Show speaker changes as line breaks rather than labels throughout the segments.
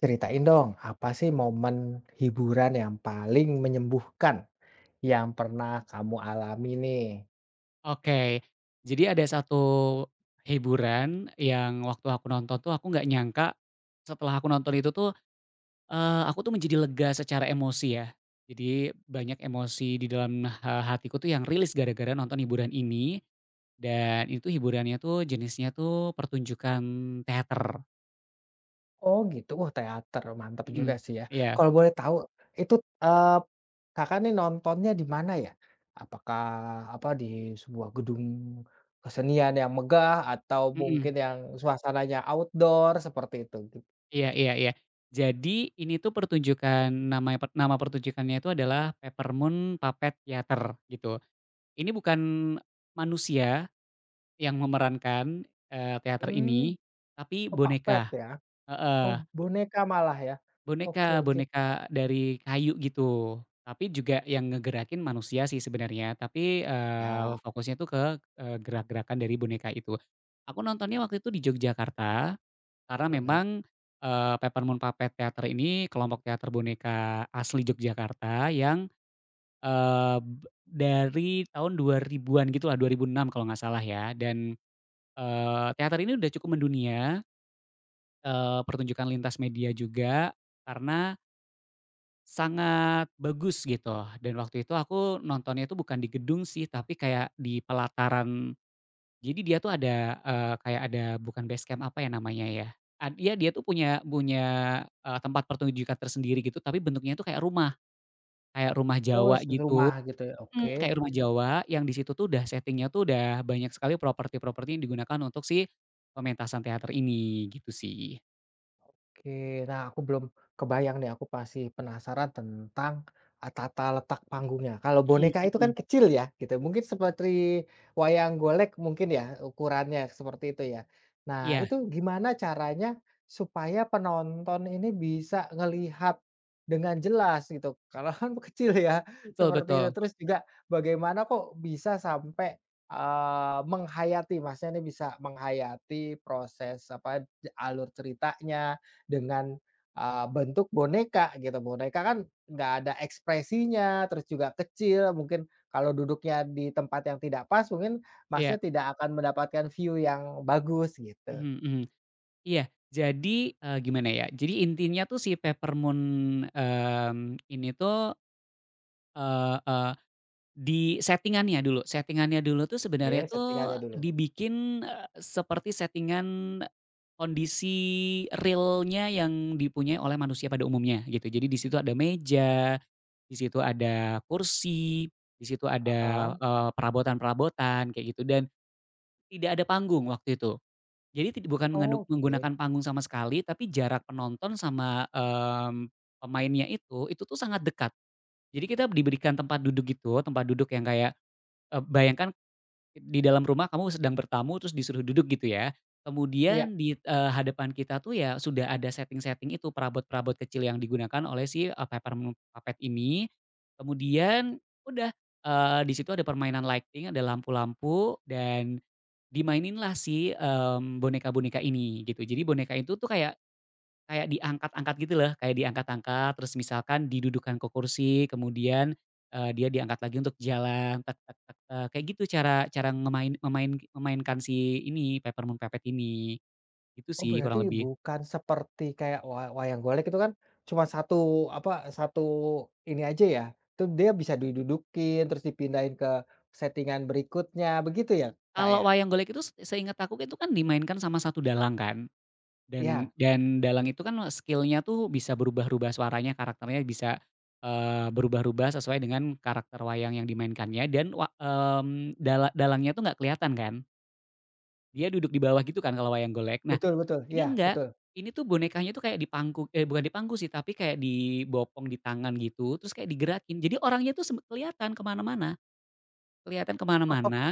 Ceritain dong, apa sih momen hiburan yang paling menyembuhkan yang pernah kamu alami nih?
Oke. Jadi ada satu hiburan yang waktu aku nonton tuh aku nggak nyangka, setelah aku nonton itu tuh, aku tuh menjadi lega secara emosi ya. Jadi banyak emosi di dalam, hatiku tuh yang rilis gara-gara nonton hiburan ini, dan itu hiburannya tuh jenisnya tuh pertunjukan teater.
Oh gitu, oh teater, mantap juga
Mhm,
sih ya.
iya,
Kalau boleh tahu itu, eee, Kakak nih nontonnya di mana ya? Apakah di sebuah gedung kesenian yang megah atau
mhm,
mungkin yang suasananya outdoor seperti itu? Gitu?
iya iya iya. Jadi ini tuh pertunjukan namanya nama pertunjukannya itu adalah Peppermoon Puppet Theater gitu. Ini bukan manusia yang memerankan, teater ini,
Hmm.
tapi
Oh puppet
boneka,
ya? Oh
heeh,
boneka malah ya? Oke,
boneka
oke,
boneka dari kayu gitu. Tapi juga yang ngegerakin manusia sih sebenarnya, tapi,
ya,
fokusnya tuh ke, gerak-gerakan dari boneka itu. Aku nontonnya waktu itu di Yogyakarta, karena
mhm.
memang, Peppermint Puppet Theater ini kelompok teater boneka asli Yogyakarta yang Eee, b dari tahun 2000-an gitulah, enam kalau nggak salah ya. Dan, teater ini udah cukup mendunia, pertunjukan lintas media juga, karena sangat bagus gitu. Dan waktu itu aku nontonnya itu bukan di gedung sih, tapi kayak di pelataran, jadi dia tuh ada, kayak ada bukan base camp, apa ya namanya ya, iya dia tuh punya punya, tempat pertunjukan tersendiri gitu, tapi bentuknya itu kayak rumah
Oh,
Jawa gitu.
rumah gitu ya,
Mhm,
oke.
kayak rumah Jawa yang di situ tuh udah setting-nya tuh udah banyak sekali properti-properti yang digunakan untuk si pementasan teater ini, gitu sih.
Oke, nah aku belum kebayang nih, aku pasti penasaran tentang, tata letak panggungnya. Kalau
Mhm
boneka itu kan
mhm.
kecil ya gitu, mungkin seperti wayang golek mungkin ya ukurannya seperti itu ya. Nah
Iya,
itu gimana caranya supaya penonton ini bisa ngelihat dengan jelas gitu, karena kan kecil ya
betul
seperti
betul.
itu. Terus juga bagaimana kok bisa sampai, menghayati maksudnya ini bisa menghayati proses apa, alur ceritanya, dengan, bentuk boneka gitu. Boneka kan nggak ada ekspresinya, terus juga kecil, mungkin kalau duduknya di tempat yang tidak pas mungkin Masnya
Iya.
tidak akan mendapatkan view yang bagus gitu.
Mhm mhm. Iya, jadi, gimana ya, jadi intinya tuh si Peppermint, mmm, ini tuh, eee eee Di settingannya dulu tuh
Jadi
sebenarnya tuh
settingannya dulu.
dibikin, seperti settingan kondisi realnya yang dipunyai oleh manusia pada umumnya gitu. Jadi di situ ada meja, di situ ada kursi, di situ ada,
Heeh.
perabotan-perabotan kayak gitu, dan tidak ada panggung waktu itu. Jadi bukan
Oke.
menggunakan panggung sama sekali, tapi jarak penonton sama, mmm, pemainnya itu, tuh sangat dekat. Jadi kita diberikan tempat duduk gitu, tempat duduk yang kayak, bayangkan di dalam rumah kamu sedang bertamu terus disuruh duduk gitu ya.
Iya.
Kemudian di, hadapan kita tuh ya sudah ada setting-setting itu, perabot-perabot kecil yang digunakan oleh si, peppermint puppet ini. Kemudian udah, di situ ada permainan lighting, ada lampu-lampu, dan dimaininlah si, mmm, boneka-boneka ini gitu. Jadi boneka itu tuh kayak Kayak diangkat-angkat gitu loh, kayak diangkat-angkat, terus misalkan didudukan ke kursi, kemudian, dia diangkat lagi untuk jalan, tek tek tek tek, kayak gitu cara cara ngemain memain memainkan si ini, peppermint puppet ini, itu
Oh
sih
berarti
kurang lebih.
bukan seperti kayak wayang golek itu kan cuma satu apa, satu ini aja ya, itu dia bisa didudukin, terus dipindahin ke settingan berikutnya, begitu ya, Kak,
Kalau
ya?
wayang golek itu seingat aku itu kan dimainkan sama satu dalang kan, dan
Iya,
dan dalang itu kan skillnya tuh bisa berubah-ubah suaranya, karakternya bisa, berubah-ubah sesuai dengan karakter wayang yang dimainkannya, dan wa mmm, dala dalangnya tuh nggak kelihatan kan. Dia duduk di bawah gitu kan kalau wayang golek. Nah,
betul betul,
ini
iya
enggak,
betul.
ini tuh bonekanya tuh kayak dipangku, eh bukan dipangku sih, tapi kayak dibopong di tangan gitu, terus kayak digerakin. Jadi orangnya tuh kelihatan kemana mana-mana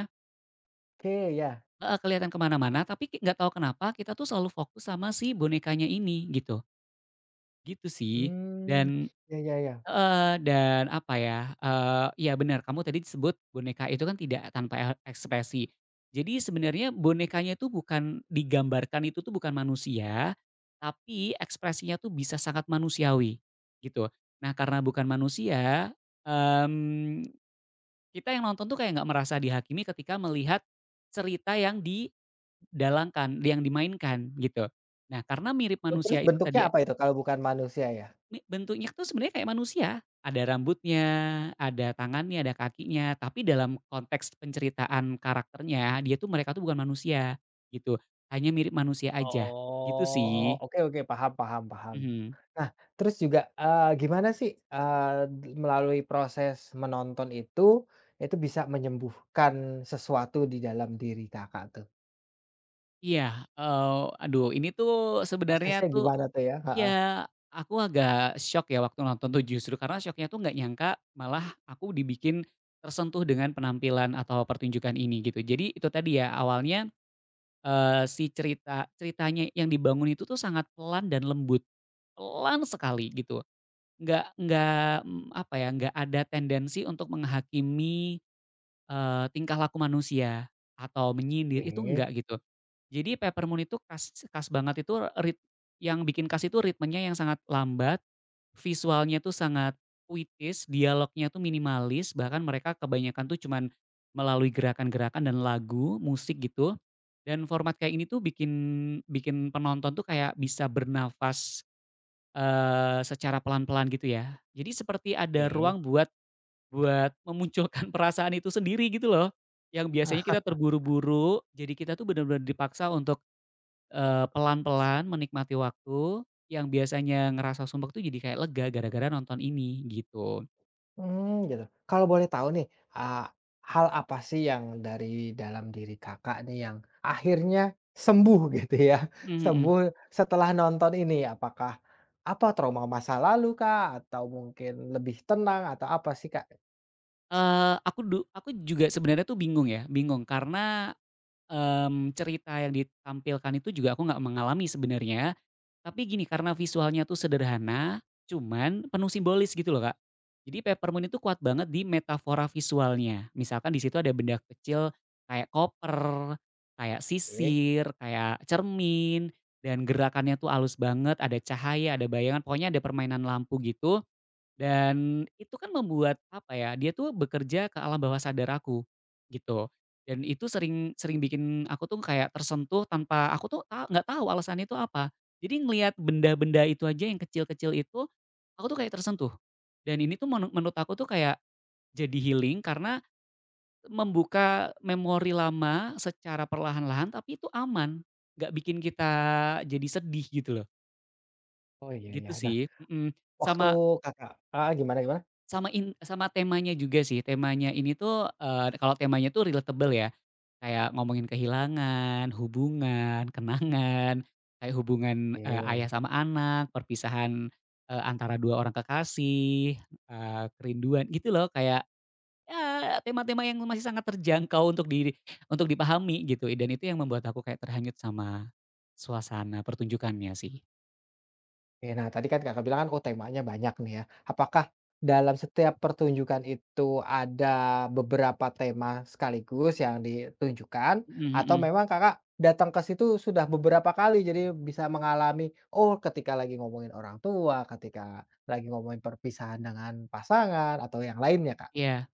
Oke ya,
kelihatan kemana mana-mana, tapi nggak tahu kenapa kita tuh selalu fokus sama si bonekanya ini gitu, gitu sih.
hmm,
Dan
ya ya ya.
Heeh, dan apa ya, iya bener kamu tadi disebut boneka itu kan tidak tanpa ekspresi. Jadi sebenarnya bonekanya itu bukan digambarkan, itu tuh bukan manusia, tapi ekspresinya tuh bisa sangat manusiawi, gitu. Nah, karena bukan manusia, mmm, kita yang nonton tuh kayak nggak merasa dihakimi ketika melihat cerita yang didalangkan, yang dimainkan gitu. Nah, karena mirip
Terus
manusia itu
bentuknya
tadi,
apa itu kalau bukan manusia ya?
Bentuknya tuh sebenarnya kayak manusia, ada rambutnya, ada tangannya, ada kakinya, tapi dalam konteks penceritaan karakternya, dia tuh mereka tuh bukan manusia, gitu. Hanya mirip manusia aja, gitu
Oh.
sih.
Oke oke, paham paham paham.
Mhm.
Nah, terus juga, gimana sih, melalui proses menonton itu bisa menyembuhkan sesuatu di dalam diri Kakak tuh?
Iya, aduh ini tuh sebenarnya
Prosesnya
tuh
gimana tuh ya? Heeh,
ya aku agak shock ya waktu nonton tuh, justru karena shocknya tuh nggak nyangka malah aku dibikin tersentuh dengan penampilan atau pertunjukan ini gitu. Jadi itu tadi ya awalnya, Eee, si cerita ceritanya yang dibangun itu tuh sangat pelan dan lembut, pelan sekali gitu. Nggak, mmm, apa ya, nggak ada tendensi untuk menghakimi, tingkah laku manusia atau menyindir, itu
oke
enggak gitu. Jadi Peppermint itu khas khas banget, itu rit yang bikin khas itu ritmenya yang sangat lambat, visualnya tuh sangat puitis, dialognya tuh minimalis, bahkan mereka kebanyakan tuh cuman melalui gerakan-gerakan dan lagu, musik gitu. Dan format kayak ini tuh bikin bikin penonton tuh kayak bisa bernafas, secara pelan-pelan gitu ya. Jadi seperti ada
oke.
ruang buat Buat memunculkan perasaan itu sendiri gitu loh, yang biasanya kita terburu-buru, jadi kita tuh benar-benar dipaksa untuk, pelan-pelan menikmati waktu, yang biasanya ngerasa sumpek tuh jadi kayak lega gara-gara nonton ini gitu.
Mmm, gitu. Kalau boleh tahu nih, eee, hal apa sih yang dari dalam diri Kakak nih yang akhirnya sembuh gitu ya,
Mhm mhm.
sembuh setelah nonton ini? Apakah trauma masa lalu kah? Atau mungkin lebih tenang atau apa sih, Kak?
Aku aku juga sebenarnya tuh bingung ya, bingung karena, cerita yang ditampilkan itu juga aku nggak mengalami sebenarnya, tapi gini, karena visualnya tuh sederhana, cuman penuh simbolis gitu loh, Kak. Jadi Peppermint itu kuat banget di metafora visualnya, misalkan di situ ada benda kecil kayak koper, kayak
Oke.
sisir, kayak cermin, dan gerakannya tuh halus banget, ada cahaya, ada bayangan, pokoknya ada permainan lampu gitu, dan itu kan membuat, apa ya, dia tuh bekerja ke alam bawah sadar aku, gitu. Dan itu sering sering bikin aku tuh kayak tersentuh tanpa aku tuh nggak tahu alasannya itu apa. Jadi ngelihat benda-benda itu aja yang kecil-kecil itu, aku tuh kayak tersentuh. Dan ini tuh menurut aku tuh kayak jadi healing karena membuka memori lama secara perlahan-lahan, tapi itu aman, nggak bikin kita jadi sedih gitu loh,
Oh, iya iya.
gitu
Nah,
sih. Mhm.
waktu
Sama
Kakak heeh, gimana gimana?
Sama in sama temanya juga sih, temanya ini tuh, kalau temanya tuh relatable ya, kayak ngomongin kehilangan, hubungan, kenangan, kayak hubungan, ayah
Oke.
sama anak, perpisahan, antara 2 orang kekasih, kerinduan gitu loh, kayak, ya tema-tema yang masih sangat terjangkau untuk dipahami gitu, dan itu yang membuat aku kayak terhanyut sama suasana pertunjukannya sih.
Oke, nah tadi kan Kakak bilang kan, oh temanya banyak nih ya. Apakah dalam setiap pertunjukan itu ada beberapa tema sekaligus yang ditunjukkan?
Mhm
Atau
mhm,
memang Kakak datang ke situ sudah beberapa kali, jadi bisa mengalami, oh ketika lagi ngomongin orang tua, ketika lagi ngomongin perpisahan dengan pasangan, atau yang lainnya Kak?
iya.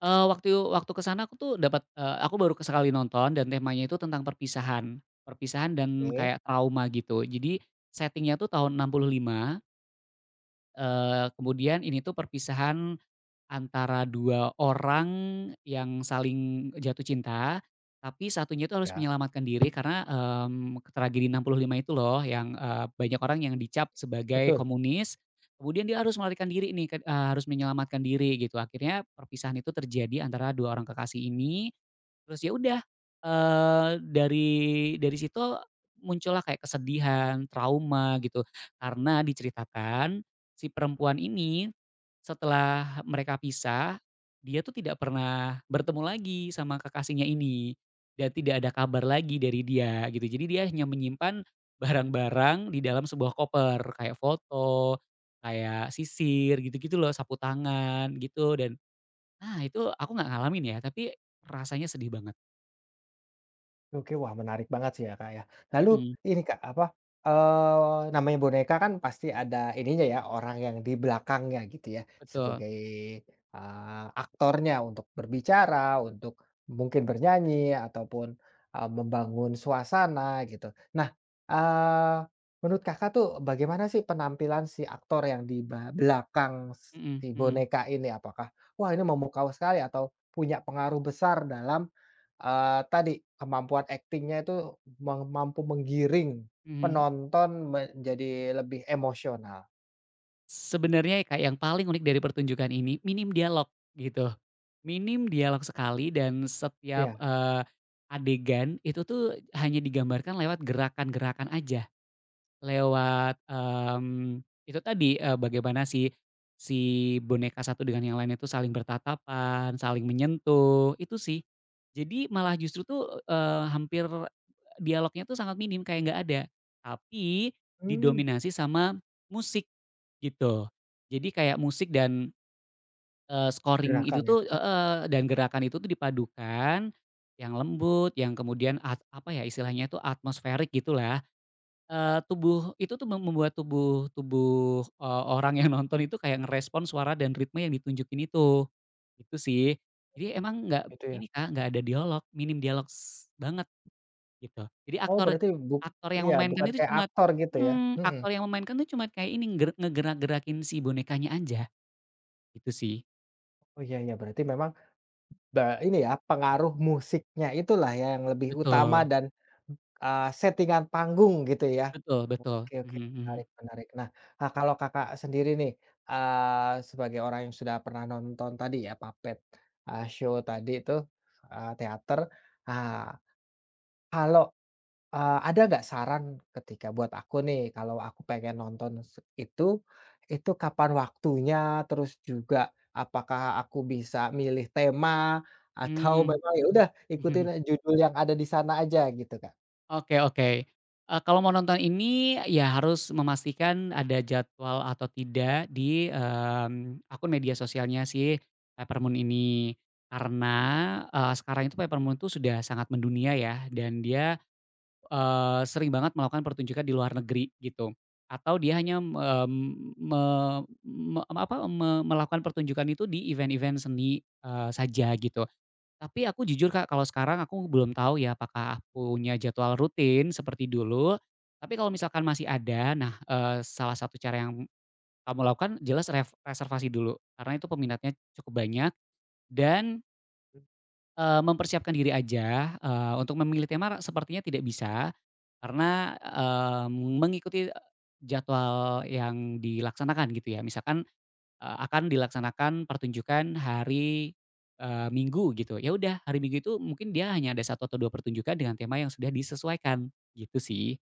Eee, waktu waktu ke sana aku tuh dapat, aku baru sekali nonton dan temanya itu tentang perpisahan. Perpisahan dan
Oke,
kayak trauma gitu. Jadi setting-nya tuh tahun 65, kemudian ini tuh perpisahan antara 2 orang yang saling jatuh cinta, tapi satunya itu harus
ya.
menyelamatkan diri karena, mmm, tragedi 65 itu loh yang, banyak orang yang dicap sebagai
Betul.
komunis, kemudian dia harus melarikan diri nih, kan, harus menyelamatkan diri gitu. Akhirnya perpisahan itu terjadi antara 2 orang kekasih ini, terus ya udah, eee, dari dari situ muncullah kayak kesedihan, trauma gitu. Karena diceritakan si perempuan ini, setelah mereka pisah, dia tuh tidak pernah bertemu lagi sama kekasihnya ini dan tidak ada kabar lagi dari dia gitu. Jadi dia hanya menyimpan barang-barang di dalam sebuah koper, kayak foto, kayak sisir gitu-gitu loh, sapu tangan gitu, dan nah itu aku nggak ngalamin ya, tapi rasanya sedih banget.
Oke, wah menarik banget sih ya, Kak, ya. Lalu
Mhm,
ini, Kak, apa, namanya boneka kan pasti ada ininya ya, orang yang di belakangnya gitu ya,
betul.
sebagai, aktornya untuk berbicara, untuk mungkin bernyanyi ataupun, membangun suasana gitu. Nah, eee, menurut Kakak tuh bagaimana sih penampilan si aktor yang di belakang
Mhm
si
mhm
boneka ini? Apakah, wah ini memukau sekali atau punya pengaruh besar dalam tadi kemampuan aktingnya itu mampu menggiring
mhm.
penonton menjadi lebih emosional.
Sebenarnya kayak yang paling unik dari pertunjukan ini, minim dialog gitu. Minim dialog sekali, dan setiap,
Iya.
adegan itu tuh hanya digambarkan lewat gerakan-gerakan aja. Lewat, mmm, itu tadi, bagaimana si si boneka satu dengan yang lain itu saling bertatapan, saling menyentuh, itu sih. Jadi malah justru tuh, hampir dialognya tuh sangat minim, kayak nggak ada. Tapi
Mmm.
didominasi sama musik, gitu. Jadi kayak musik dan, scoring itu
Gerakannya
tuh, heeh, dan gerakan itu tuh dipadukan, yang lembut, yang kemudian apa ya, istilahnya itu atmosferik gitulah. Tubuh itu tuh membuat tubuh tubuh, orang yang nonton itu kayak ngerespon suara dan ritme yang ditunjukin itu sih. Jadi emang nggak
gitu ya.
ini Kak, nggak ada dialog, minim dialog banget gitu. Jadi
Oh
aktor
berarti
aktor yang
iya
memainkan
bukan
itu
kayak
cuma
aktor gitu ya?
mhm,
Mhm.
aktor yang memainkan itu cuma kayak ini ngegerak-gerakin si bonekanya aja, gitu sih.
Oh iya iya berarti memang ini ya, pengaruh musiknya itulah yang lebih utama
Betul,
dan, settingan panggung gitu ya.
betul betul.
Oke oke,
Mhm mhm.
menarik menarik. Nah, kalau Kakak sendiri nih, sebagai orang yang sudah pernah nonton tadi ya, puppet, show tadi itu, teater, ah, kalau ada nggak saran ketika buat aku nih, kalau aku pengen nonton se itu kapan waktunya, terus juga apakah aku bisa milih tema atau
Mmm.
memang ya udah ikutin judul yang ada di sana aja gitu, Kak?
Oke oke. Kalau mau nonton ini ya harus memastikan ada jadwal atau tidak di, mmm, akun media sosialnya si Peppermint ini. Karena, sekarang itu Peppermint itu sudah sangat mendunia ya, dan dia, sering banget melakukan pertunjukan di luar negeri gitu. Atau dia hanya, mmm, me me apa, me melakukan pertunjukan itu di event-event seni, saja gitu. Tapi aku jujur Kak, kalau sekarang aku belum tahu ya apakah punya jadwal rutin seperti dulu, tapi kalau misalkan masih ada, nah, salah satu cara yang kamu lakukan jelas reservasi dulu, karena itu peminatnya cukup banyak, dan, mempersiapkan diri aja, untuk memilih tema sepertinya tidak bisa, karena, mengikuti jadwal yang dilaksanakan gitu ya. Misalkan akan dilaksanakan pertunjukan hari, Minggu gitu. Ya udah, hari Minggu itu mungkin dia hanya ada satu atau 2 pertunjukan dengan tema yang sudah disesuaikan, gitu sih.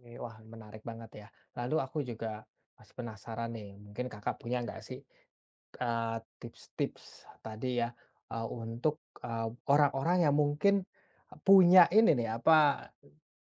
Oke, wah menarik banget ya. Lalu aku juga masih penasaran nih, mungkin Kakak punya nggak sih tips-tips tadi ya, untuk, orang-orang yang mungkin punya ini nih, apa,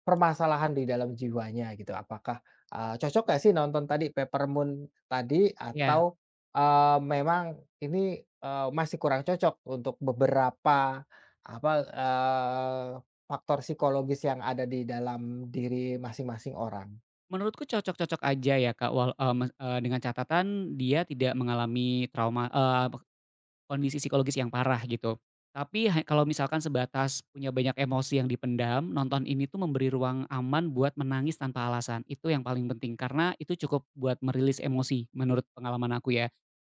permasalahan di dalam jiwanya gitu. Apakah, cocok nggak sih nonton tadi Peppermint tadi
Ya
atau, memang ini, masih kurang cocok untuk beberapa, apa, faktor psikologis yang ada di dalam diri masing-masing orang?
menurutku cocok-cocok aja ya Kak, wal eee, mes eee, dengan catatan dia tidak mengalami trauma, kondisi psikologis yang parah gitu. Tapi kalau misalkan sebatas punya banyak emosi yang dipendam, nonton ini tuh memberi ruang aman buat menangis tanpa alasan, itu yang paling penting. Karena itu cukup buat merilis emosi menurut pengalaman aku ya.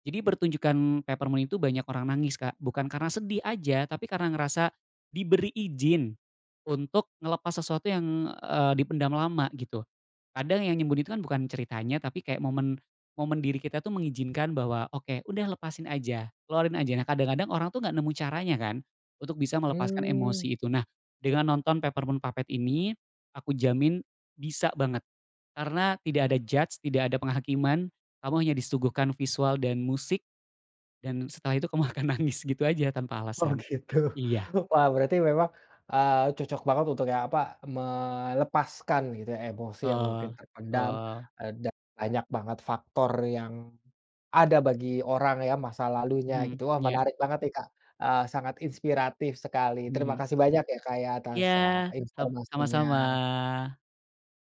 Jadi pertunjukan Peppermint itu banyak orang nangis, Kak. Bukan karena sedih aja, tapi karena ngerasa diberi izin untuk ngelepas sesuatu yang, dipendam lama gitu. Kadang yang nyembunyi itu kan bukan ceritanya, tapi kayak momen momen diri kita tuh mengizinkan bahwa, "Oke, udah lepasin aja, keluarin aja." Nah, kadang-kadang orang tuh nggak nemu caranya kan untuk bisa melepaskan
Mmm.
emosi itu. Nah, dengan nonton Peppermint Puppet ini, aku jamin bisa banget. Karena tidak ada judge, tidak ada penghakiman. Kamu hanya disuguhkan visual dan musik, dan setelah itu kamu akan nangis gitu aja tanpa
Oh
alasan.
gitu.
Iya,
Wah berarti memang, cocok banget untuk yang apa, melepaskan gitu ya emosi yang mungkin
betul,
terpendam,
betul.
dan banyak banget faktor yang ada bagi orang ya masa lalunya
Mhm,
gitu. Wah
iya,
menarik banget nih Kak, sangat inspiratif sekali.
mhm
Terima
mhm.
kasih banyak ya Kak ya atas,
Iya,
informasinya.
sama-sama.